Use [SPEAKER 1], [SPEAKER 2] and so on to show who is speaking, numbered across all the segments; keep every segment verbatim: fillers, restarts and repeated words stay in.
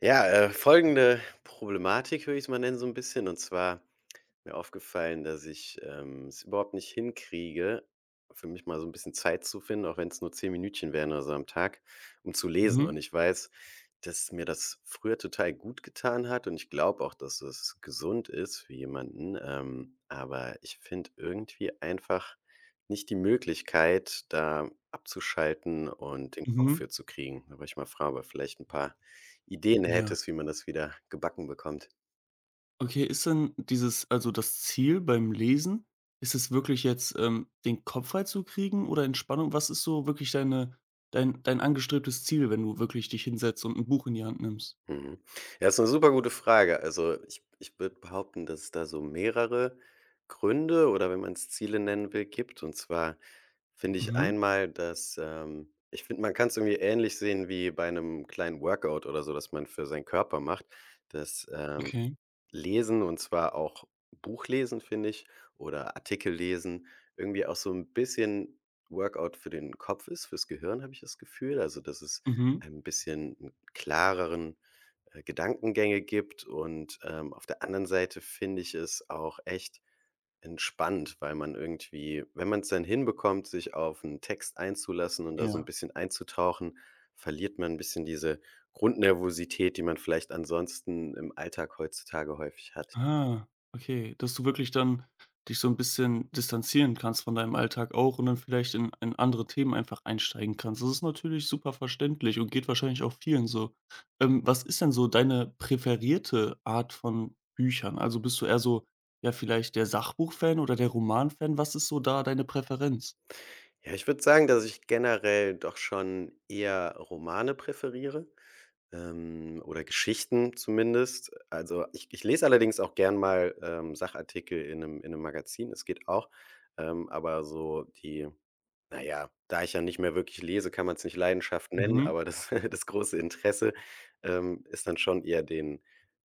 [SPEAKER 1] Ja, äh, folgende Problematik würde ich es mal nennen so ein bisschen und zwar, mir aufgefallen, dass ich, ähm, es überhaupt nicht hinkriege, für mich mal so ein bisschen Zeit zu finden, auch wenn es nur zehn Minütchen wären oder so am Tag, um zu lesen.
[SPEAKER 2] Mhm,
[SPEAKER 1] Und ich weiß, dass mir das früher total gut getan hat und ich glaube auch, dass es gesund ist für jemanden, ähm, aber ich finde irgendwie einfach nicht die Möglichkeit, da abzuschalten und den Kopf
[SPEAKER 2] mhm,
[SPEAKER 1] für zu kriegen. Da wollte ich mal fragen, ob du vielleicht ein paar Ideen
[SPEAKER 2] ja.
[SPEAKER 1] hättest, wie man das wieder gebacken bekommt.
[SPEAKER 2] Okay, ist denn dieses also das Ziel beim Lesen, ist es wirklich jetzt, ähm, den Kopf freizukriegen oder Entspannung? Was ist so wirklich deine dein dein angestrebtes Ziel, wenn du wirklich dich hinsetzt und ein Buch in die Hand nimmst?
[SPEAKER 1] Mhm. Ja, ist eine super gute Frage. Also, ich ich würde behaupten, dass es da so mehrere Gründe oder wenn man es Ziele nennen will, gibt. Und zwar finde ich
[SPEAKER 2] Mhm,
[SPEAKER 1] einmal, dass, ähm ich finde, man kann es irgendwie ähnlich sehen wie bei einem kleinen Workout oder so, dass man für seinen Körper macht. Das, ähm,
[SPEAKER 2] okay.
[SPEAKER 1] Lesen, und zwar auch Buchlesen, finde ich, oder Artikel lesen, irgendwie auch so ein bisschen Workout für den Kopf ist, fürs Gehirn, habe ich das Gefühl. Also, dass es
[SPEAKER 2] Mhm,
[SPEAKER 1] ein bisschen 'n klareren äh, Gedankengänge gibt. Und, ähm, auf der anderen Seite finde ich es auch echt entspannt, weil man irgendwie, wenn man es dann hinbekommt, sich auf einen Text einzulassen und da so ein
[SPEAKER 2] ja.
[SPEAKER 1] bisschen einzutauchen, verliert man ein bisschen diese Grundnervosität, die man vielleicht ansonsten im Alltag heutzutage häufig hat.
[SPEAKER 2] Ah, okay, dass du wirklich dann dich so ein bisschen distanzieren kannst von deinem Alltag auch und dann vielleicht in in andere Themen einfach einsteigen kannst. Das ist natürlich super verständlich und geht wahrscheinlich auch vielen so. Ähm, was ist denn so deine präferierte Art von Büchern? Also, bist du eher so, ja, vielleicht der Sachbuchfan oder der Romanfan? Was ist so da deine Präferenz?
[SPEAKER 1] Ja, ich würde sagen, dass ich generell doch schon eher Romane präferiere. Ähm, oder Geschichten zumindest. Also, ich ich lese allerdings auch gern mal, ähm, Sachartikel in einem in einem Magazin. Es geht auch, ähm, aber so die, na ja, da ich ja nicht mehr wirklich lese, kann man es nicht Leidenschaft nennen,
[SPEAKER 2] Mhm.
[SPEAKER 1] aber das das große Interesse, ähm, ist dann schon eher den,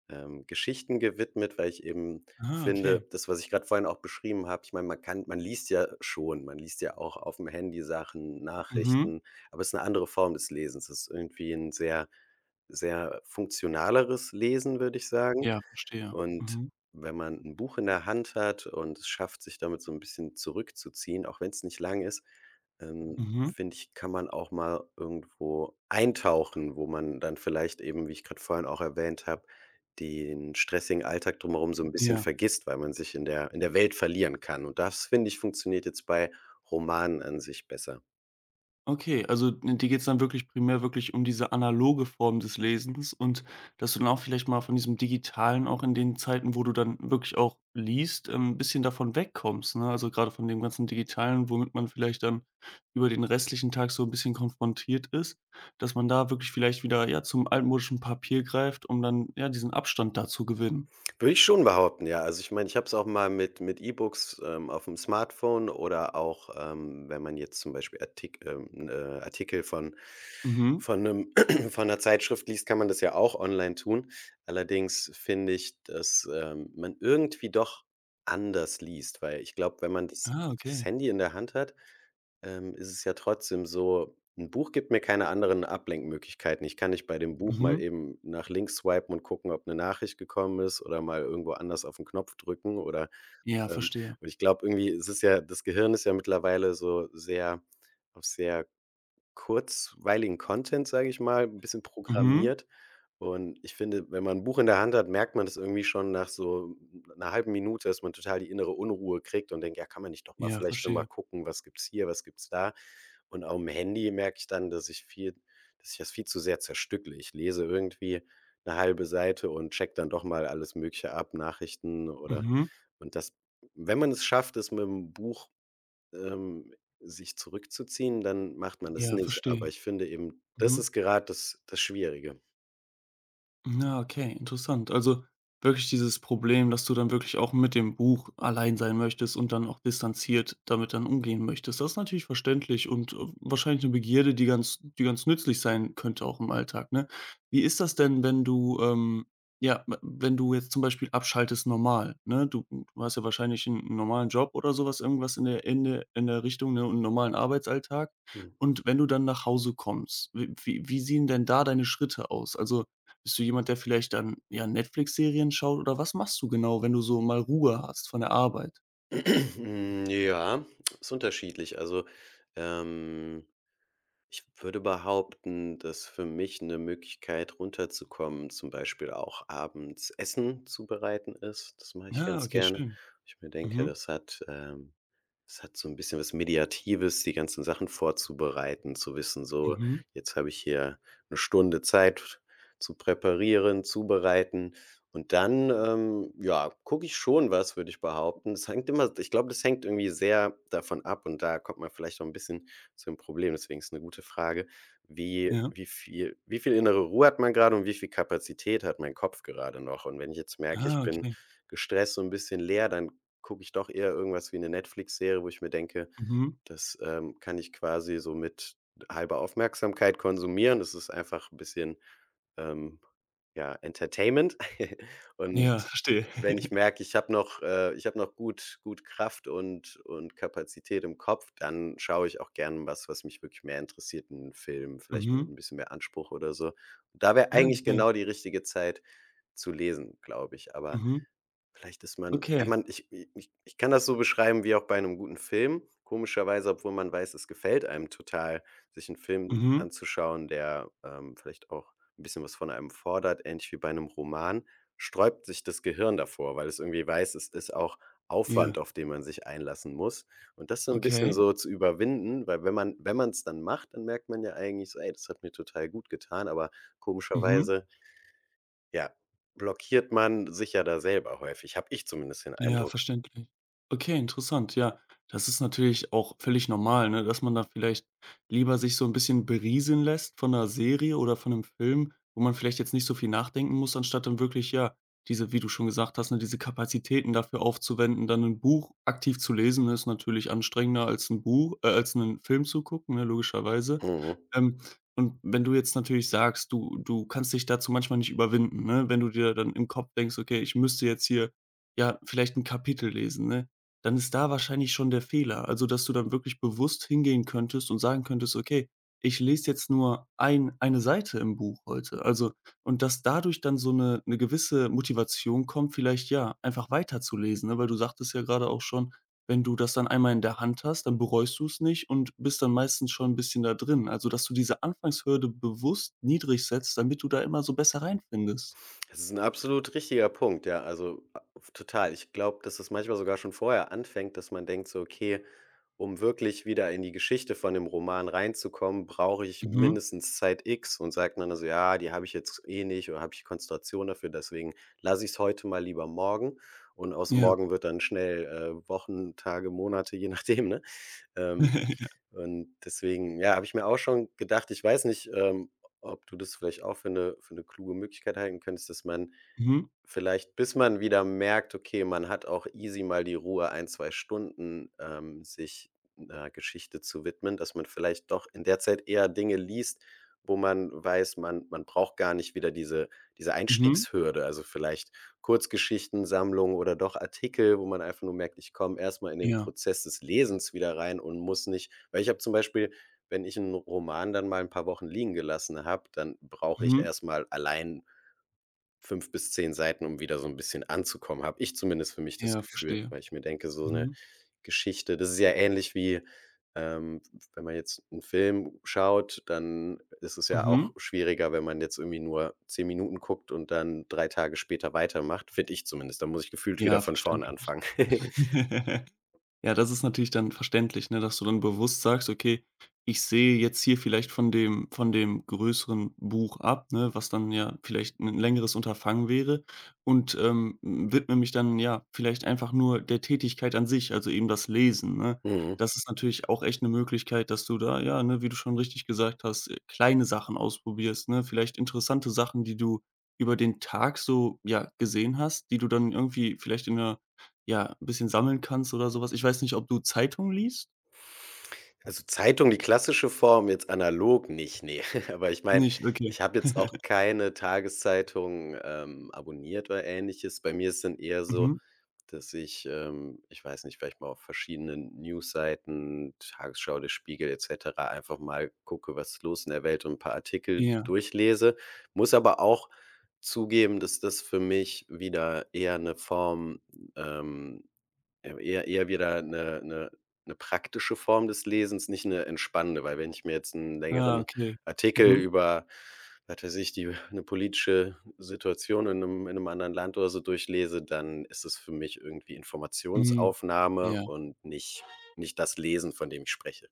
[SPEAKER 1] ähm, Geschichten gewidmet, weil ich eben
[SPEAKER 2] Ah,
[SPEAKER 1] finde,
[SPEAKER 2] okay.
[SPEAKER 1] das, was ich gerade vorhin auch beschrieben habe, ich meine, man kann man liest ja schon, man liest ja auch auf dem Handy Sachen,
[SPEAKER 2] Mhm.
[SPEAKER 1] Nachrichten, aber es ist eine andere Form des Lesens. Es ist irgendwie ein sehr sehr funktionaleres Lesen, würde ich sagen.
[SPEAKER 2] Ja, verstehe.
[SPEAKER 1] Und
[SPEAKER 2] Mhm.
[SPEAKER 1] wenn man ein Buch in der Hand hat und es schafft, sich damit so ein bisschen zurückzuziehen, auch wenn es nicht lang ist, ähm,
[SPEAKER 2] Mhm.
[SPEAKER 1] finde ich, kann man auch mal irgendwo eintauchen, wo man dann vielleicht eben, wie ich gerade vorhin auch erwähnt habe, den stressigen Alltag drumherum so ein bisschen
[SPEAKER 2] Ja.
[SPEAKER 1] vergisst, weil man sich in der in der Welt verlieren kann. Und das, finde ich, funktioniert jetzt bei Romanen an sich besser.
[SPEAKER 2] Okay, also n dir geht's dann wirklich primär wirklich um diese analoge Form des Lesens und dass du dann auch vielleicht mal von diesem Digitalen auch in den Zeiten, wo du dann wirklich auch liest, ähm, 'n bisschen davon wegkommst, ne? Also, gerade von dem ganzen Digitalen, womit man vielleicht dann über den restlichen Tag so ein bisschen konfrontiert ist, dass man da wirklich vielleicht wieder, ja, zum altmodischen Papier greift, um dann, ja, diesen Abstand da zu gewinnen.
[SPEAKER 1] Würde ich schon behaupten, ja. Also, ich meine, ich habe es auch mal mit mit E-Books, ähm, auf dem Smartphone oder auch, ähm, wenn man jetzt zum Beispiel Artik ähm, äh, Artikel von
[SPEAKER 2] Mhm.
[SPEAKER 1] von einem von 'ner Zeitschrift liest, kann man das ja auch online tun. Allerdings finde ich, dass, ähm, man irgendwie doch anders liest, weil ich glaube, wenn man das
[SPEAKER 2] Ah,
[SPEAKER 1] das
[SPEAKER 2] okay.
[SPEAKER 1] Handy in der Hand hat, ähm, ist es ja trotzdem so, ein Buch gibt mir keine anderen Ablenkmöglichkeiten. Ich kann nicht bei dem Buch mal
[SPEAKER 2] Mhm.
[SPEAKER 1] eben nach links swipen und gucken, ob eine Nachricht gekommen ist, oder mal irgendwo anders auf den Knopf drücken oder,
[SPEAKER 2] Ja,
[SPEAKER 1] ähm
[SPEAKER 2] verstehe.
[SPEAKER 1] und ich glaube irgendwie, es ist ja, das Gehirn ist ja mittlerweile so sehr auf sehr kurzweiligen Content, sage ich mal, 'n bisschen
[SPEAKER 2] Mhm.
[SPEAKER 1] programmiert. Und ich finde, wenn man 'n Buch in der Hand hat, merkt man das irgendwie schon nach so 'ner halben Minute, dass man total die innere Unruhe kriegt und denkt: „Ja, kann man nicht doch mal
[SPEAKER 2] Ja,
[SPEAKER 1] vielleicht noch mal
[SPEAKER 2] verstehe.
[SPEAKER 1] gucken, was gibt's hier, was gibt's da?“ Und aufm Handy merke ich dann, dass ich viel dass ich das viel zu sehr zerstückele. Ich lese irgendwie 'ne halbe Seite und checke dann doch mal alles Mögliche ab, Nachrichten oder,
[SPEAKER 2] Mhm.
[SPEAKER 1] und das, wenn man es schafft, es mit'm Buch, ähm, sich zurückzuziehen, dann macht man das
[SPEAKER 2] Ja,
[SPEAKER 1] nicht. Aber
[SPEAKER 2] verstehe.
[SPEAKER 1] ich finde eben, das
[SPEAKER 2] Mhm.
[SPEAKER 1] ist gerade das das Schwierige.
[SPEAKER 2] Ja, okay, interessant. Also wirklich dieses Problem, dass du dann wirklich auch mit dem Buch allein sein möchtest und dann auch distanziert damit dann umgehen möchtest. Das ist natürlich verständlich und äh, wahrscheinlich eine Begierde, die ganz die ganz nützlich sein könnte auch im Alltag, ne? Wie ist das denn, wenn du, ähm ja, w wenn du jetzt zum Beispiel abschaltest normal, ne? Du du hast ja wahrscheinlich einen 'n normalen Job oder sowas irgendwas in der in der in der Richtung, ne, und 'n normalen Arbeitsalltag.
[SPEAKER 1] Hm.
[SPEAKER 2] Und wenn du dann nach Hause kommst, w wie wie sehen denn da deine Schritte aus? Also bist du jemand, der vielleicht dann, ja, Netflix-Serien schaut oder was machst du genau, wenn du so mal Ruhe hast von der Arbeit?
[SPEAKER 1] Hm, ja, ist unterschiedlich. Also, ähm, ich würde behaupten, dass für mich eine Möglichkeit, runterzukommen, zum Beispiel auch abends Essen zubereiten ist. Das mache ich
[SPEAKER 2] Ah,
[SPEAKER 1] ganz
[SPEAKER 2] okay,
[SPEAKER 1] gerne.
[SPEAKER 2] schön.
[SPEAKER 1] Ich mir denke,
[SPEAKER 2] Mhm,
[SPEAKER 1] das hat, ähm Es hat so ein bisschen was Mediatives, die ganzen Sachen vorzubereiten, zu wissen, so:
[SPEAKER 2] mhm,
[SPEAKER 1] „Jetzt habe ich hier eine Stunde Zeit zu präparieren, zubereiten.“ Und dann, ähm, ja, gucke ich schon was, würde ich behaupten. Es hängt immer ich glaube, das hängt irgendwie sehr davon ab, und da kommt man vielleicht auch ein bisschen zu dem Problem. Deswegen ist eine gute Frage, wie
[SPEAKER 2] ja.
[SPEAKER 1] wie viel wie viel innere Ruhe hat man gerade und wie viel Kapazität hat mein Kopf gerade noch? Und wenn ich jetzt merke, ich
[SPEAKER 2] Ah,
[SPEAKER 1] bin
[SPEAKER 2] okay.
[SPEAKER 1] gestresst und ein bisschen leer, dann gucke ich doch eher irgendwas wie eine Netflix-Serie, wo ich mir denke,
[SPEAKER 2] Mhm.
[SPEAKER 1] das, ähm, kann ich quasi so mit halber Aufmerksamkeit konsumieren. Das ist einfach ein bisschen, ähm, ja, Entertainment.
[SPEAKER 2] Ja,
[SPEAKER 1] Und
[SPEAKER 2] verstehe.
[SPEAKER 1] wenn ich merke, ich habe noch äh, ich habe noch gut gut Kraft und und Kapazität im Kopf, dann schaue ich auch gerne was, was mich wirklich mehr interessiert, einen Film, vielleicht mit
[SPEAKER 2] Mhm.
[SPEAKER 1] ein bisschen mehr Anspruch oder so. Da wäre
[SPEAKER 2] Ah,
[SPEAKER 1] eigentlich
[SPEAKER 2] okay.
[SPEAKER 1] genau die richtige Zeit zu lesen, glaube ich. Aber
[SPEAKER 2] Mhm.
[SPEAKER 1] Vielleicht ist man ja,
[SPEAKER 2] Okay.
[SPEAKER 1] man ich ich ich kann das so beschreiben wie auch bei einem guten Film. Komischerweise, obwohl man weiß, es gefällt einem total, sich einen Film
[SPEAKER 2] Mhm.
[SPEAKER 1] anzuschauen, der, ähm, vielleicht auch ein bisschen was von einem fordert, ähnlich wie bei einem Roman, sträubt sich das Gehirn davor, weil es irgendwie weiß, es ist auch Aufwand,
[SPEAKER 2] Ja.
[SPEAKER 1] auf den man sich einlassen muss. Und das so ein bisschen
[SPEAKER 2] Okay.
[SPEAKER 1] so zu überwinden, weil wenn man wenn man es dann macht, dann merkt man ja eigentlich so: „Ey, das hat mir total gut getan“, aber
[SPEAKER 2] Mhm.
[SPEAKER 1] komischerweise, ja, blockiert man sich ja da selber häufig, habe ich zumindest den
[SPEAKER 2] Ja,
[SPEAKER 1] Eindruck.
[SPEAKER 2] verständlich. Okay, interessant. Ja, das ist natürlich auch völlig normal, ne, dass man da vielleicht lieber sich so ein bisschen berieseln lässt von 'ner Serie oder von 'nem Film, wo man vielleicht jetzt nicht so viel nachdenken muss, anstatt dann wirklich, ja, diese wie du schon gesagt hast, ne, diese Kapazitäten dafür aufzuwenden. Dann ein Buch aktiv zu lesen, ne, ist natürlich anstrengender als ein Buch äh, als einen Film zu gucken, ne, logischerweise.
[SPEAKER 1] Mhm.
[SPEAKER 2] Ähm, und wenn du jetzt natürlich sagst, du du kannst dich dazu manchmal nicht überwinden, ne, wenn du dir dann im Kopf denkst: „Okay, ich müsste jetzt hier ja, vielleicht 'n Kapitel lesen, ne?“ Dann ist da wahrscheinlich schon der Fehler. Also, dass du dann wirklich bewusst hingehen könntest und sagen könntest: „Okay, ich lese jetzt nur ein eine Seite im Buch heute.“ Also und dass dadurch dann so 'ne 'ne gewisse Motivation kommt, vielleicht, ja, einfach weiterzulesen, ne? Weil du sagtest ja grade auch schon, wenn du das dann einmal in der Hand hast, dann bereust du's nicht und bist dann meistens schon 'n bisschen da drin. Also, dass du diese Anfangshürde bewusst niedrig setzt, damit du da immer so besser reinfindest.
[SPEAKER 1] Das ist ein absolut richtiger Punkt, ja, also, a total. Ich glaube, dass es manchmal sogar schon vorher anfängt, dass man denkt so: „Okay, um wirklich wieder in die Geschichte von dem Roman reinzukommen, brauche ich
[SPEAKER 2] Mhm.
[SPEAKER 1] mindestens Zeit X.“ Und sagt man dann so: „Ja, die habe ich jetzt eh nicht, oder habe ich die Konzentration dafür, deswegen lasse ich es heute mal lieber morgen.“ Und aus
[SPEAKER 2] Ja.
[SPEAKER 1] morgen wird dann schnell, äh, Wochen, Tage, Monate, je nachdem, ne? Ähm Und deswegen, ja, habe ich mir auch schon gedacht, ich weiß nicht, ähm, ob du das vielleicht auch für eine für eine kluge Möglichkeit halten könntest, dass man
[SPEAKER 2] Mhm.
[SPEAKER 1] vielleicht, bis man wieder merkt, okay, man hat auch easy mal die Ruhe, ein, zwei Stunden, ähm, sich 'ner Geschichte zu widmen, dass man vielleicht doch in der Zeit eher Dinge liest, wo man weiß, man man braucht gar nicht wieder diese diese
[SPEAKER 2] Mhm.
[SPEAKER 1] Einstiegshürde. Also, vielleicht Kurzgeschichtensammlungen oder doch Artikel, wo man einfach nur merkt, ich komme erstmal in den
[SPEAKER 2] Ja,
[SPEAKER 1] Prozess des Lesens wieder rein, und muss nicht, weil ich habe zum Beispiel, wenn ich einen Roman dann mal ein paar Wochen liegen gelassen habe, dann brauche ich
[SPEAKER 2] mhm.
[SPEAKER 1] erstmal allein fünf bis zehn Seiten, um wieder so ein bisschen anzukommen, habe ich zumindest für mich das
[SPEAKER 2] Ja,
[SPEAKER 1] Gefühl,
[SPEAKER 2] verstehe.
[SPEAKER 1] weil ich mir denke, so eine
[SPEAKER 2] Mhm,
[SPEAKER 1] Geschichte, das ist ja ähnlich wie, ähm, wenn man jetzt einen Film schaut, dann ist es ja
[SPEAKER 2] mhm.
[SPEAKER 1] auch schwieriger, wenn man jetzt irgendwie nur zehn Minuten guckt und dann drei Tage später weitermacht, finde ich zumindest. Da muss ich gefühlt wieder
[SPEAKER 2] Ja,
[SPEAKER 1] von vorne
[SPEAKER 2] verständlich.
[SPEAKER 1] anfangen.
[SPEAKER 2] Ja, das ist natürlich dann verständlich, ne, dass du dann bewusst sagst: „Okay, ich sehe jetzt hier vielleicht von dem von dem größeren Buch ab“, ne, was dann ja vielleicht ein längeres Unterfangen wäre und, ähm, widme mich dann, ja, vielleicht einfach nur der Tätigkeit an sich, also eben das Lesen, ne?
[SPEAKER 1] Mhm.
[SPEAKER 2] Das ist natürlich auch echt eine Möglichkeit, dass du da, ja, ne, wie du schon richtig gesagt hast, äh, kleine Sachen ausprobierst, ne? Vielleicht interessante Sachen, die du über den Tag so, ja, gesehen hast, die du dann irgendwie vielleicht in 'ner ja, 'n bisschen sammeln kannst oder so was. Ich weiß nicht, ob du Zeitung liest?
[SPEAKER 1] Also, Zeitung, die klassische Form, jetzt analog nicht, ne. Aber ich meine,
[SPEAKER 2] Nicht, okay.
[SPEAKER 1] ich habe jetzt auch keine Tageszeitung, ähm, abonniert oder Ähnliches. Bei mir ist dann eher so,
[SPEAKER 2] Mhm.
[SPEAKER 1] dass ich, ähm, ich weiß nicht, vielleicht mal auf verschiedenen Newsseiten, Tagesschau, der Spiegel et cetera, einfach mal gucke, was ist los in der Welt, und 'n paar Artikel
[SPEAKER 2] Ja.
[SPEAKER 1] durchlese. Muss aber auch zugeben, dass das für mich wieder eher 'ne Form, ähm ähm, eher eher wieder eine 'ne 'ne praktische Form des Lesens, nicht eine entspannende, weil wenn ich mir jetzt einen
[SPEAKER 2] Ah,
[SPEAKER 1] längeren
[SPEAKER 2] okay.
[SPEAKER 1] Artikel
[SPEAKER 2] Mhm.
[SPEAKER 1] über, was weiß ich, die eine politische Situation in einem in 'nem anderen Land oder so durchlese, dann ist es für mich irgendwie
[SPEAKER 2] Mhm.
[SPEAKER 1] Informationsaufnahme
[SPEAKER 2] Ja.
[SPEAKER 1] und nicht nicht das Lesen, von dem ich spreche.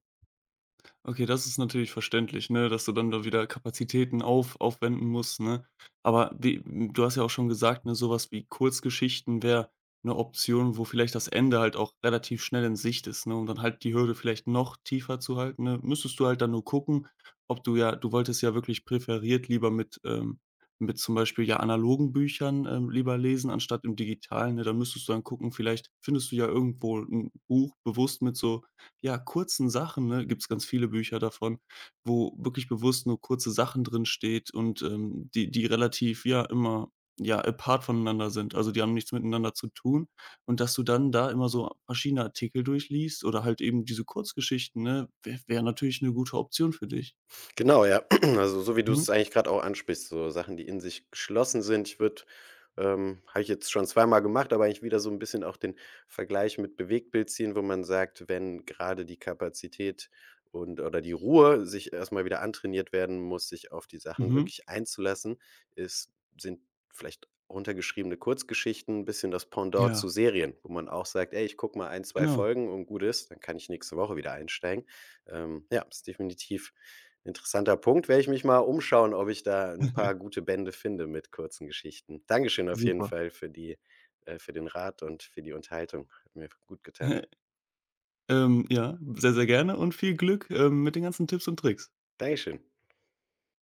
[SPEAKER 2] Okay, das ist natürlich verständlich, ne, dass du dann da wieder Kapazitäten auf aufwenden musst, ne? Aber wie hm, du hast ja auch schon gesagt, ne, sowas wie Kurzgeschichten wäre eine Option, wo vielleicht das Ende halt auch relativ schnell in Sicht ist, ne, um dann halt die Hürde vielleicht noch tiefer zu halten, ne, müsstest du halt dann nur gucken, ob du ja du wolltest ja wirklich präferiert lieber mit, ähm mit zum Beispiel, ja, analogen Büchern, ähm, lieber lesen anstatt im Digitalen, ne? Da müsstest du dann gucken, vielleicht findest du ja irgendwo ein Buch bewusst mit so ja, kurzen Sachen, ne, gibt's ganz viele Bücher davon, wo wirklich bewusst nur kurze Sachen drin steht und, ähm, die die relativ, ja, immer, ja, apart voneinander sind. Also, die haben nichts miteinander zu tun und dass du dann da immer so verschiedene Artikel durchliest oder halt eben diese Kurzgeschichten, ne, wäre wär wäre natürlich eine gute Option für dich.
[SPEAKER 1] Genau, ja. Also, so wie du
[SPEAKER 2] Mhm,
[SPEAKER 1] es eigentlich gerade auch ansprichst, so Sachen, die in sich geschlossen sind. Ich würde ähm, habe ich jetzt schon zweimal gemacht, aber eigentlich wieder so ein bisschen auch den Vergleich mit Bewegtbild ziehen, wo man sagt, wenn gerade die Kapazität und oder die Ruhe sich erstmal wieder antrainiert werden muss, sich auf die Sachen
[SPEAKER 2] mhm,
[SPEAKER 1] wirklich einzulassen, ist sind vielleicht runtergeschriebene Kurzgeschichten ein bisschen das Pendant
[SPEAKER 2] ja,
[SPEAKER 1] zu Serien, wo man auch sagt: „Ey, ich gucke mal ein, zwei
[SPEAKER 2] genau.
[SPEAKER 1] Folgen und gut ist, dann kann ich nächste Woche wieder einsteigen.“ Ähm, ja, ist definitiv interessanter Punkt, werde ich mich mal umschauen, ob ich da ein paar gute Bände finde mit kurzen Geschichten. Dankeschön auf jeden
[SPEAKER 2] Super.
[SPEAKER 1] Fall für die äh, für den Rat und für die Unterhaltung. Hat mir gut getan.
[SPEAKER 2] Ähm, ja, sehr, sehr gerne und viel Glück, ähm, mit den ganzen Tipps und Tricks.
[SPEAKER 1] Dankeschön.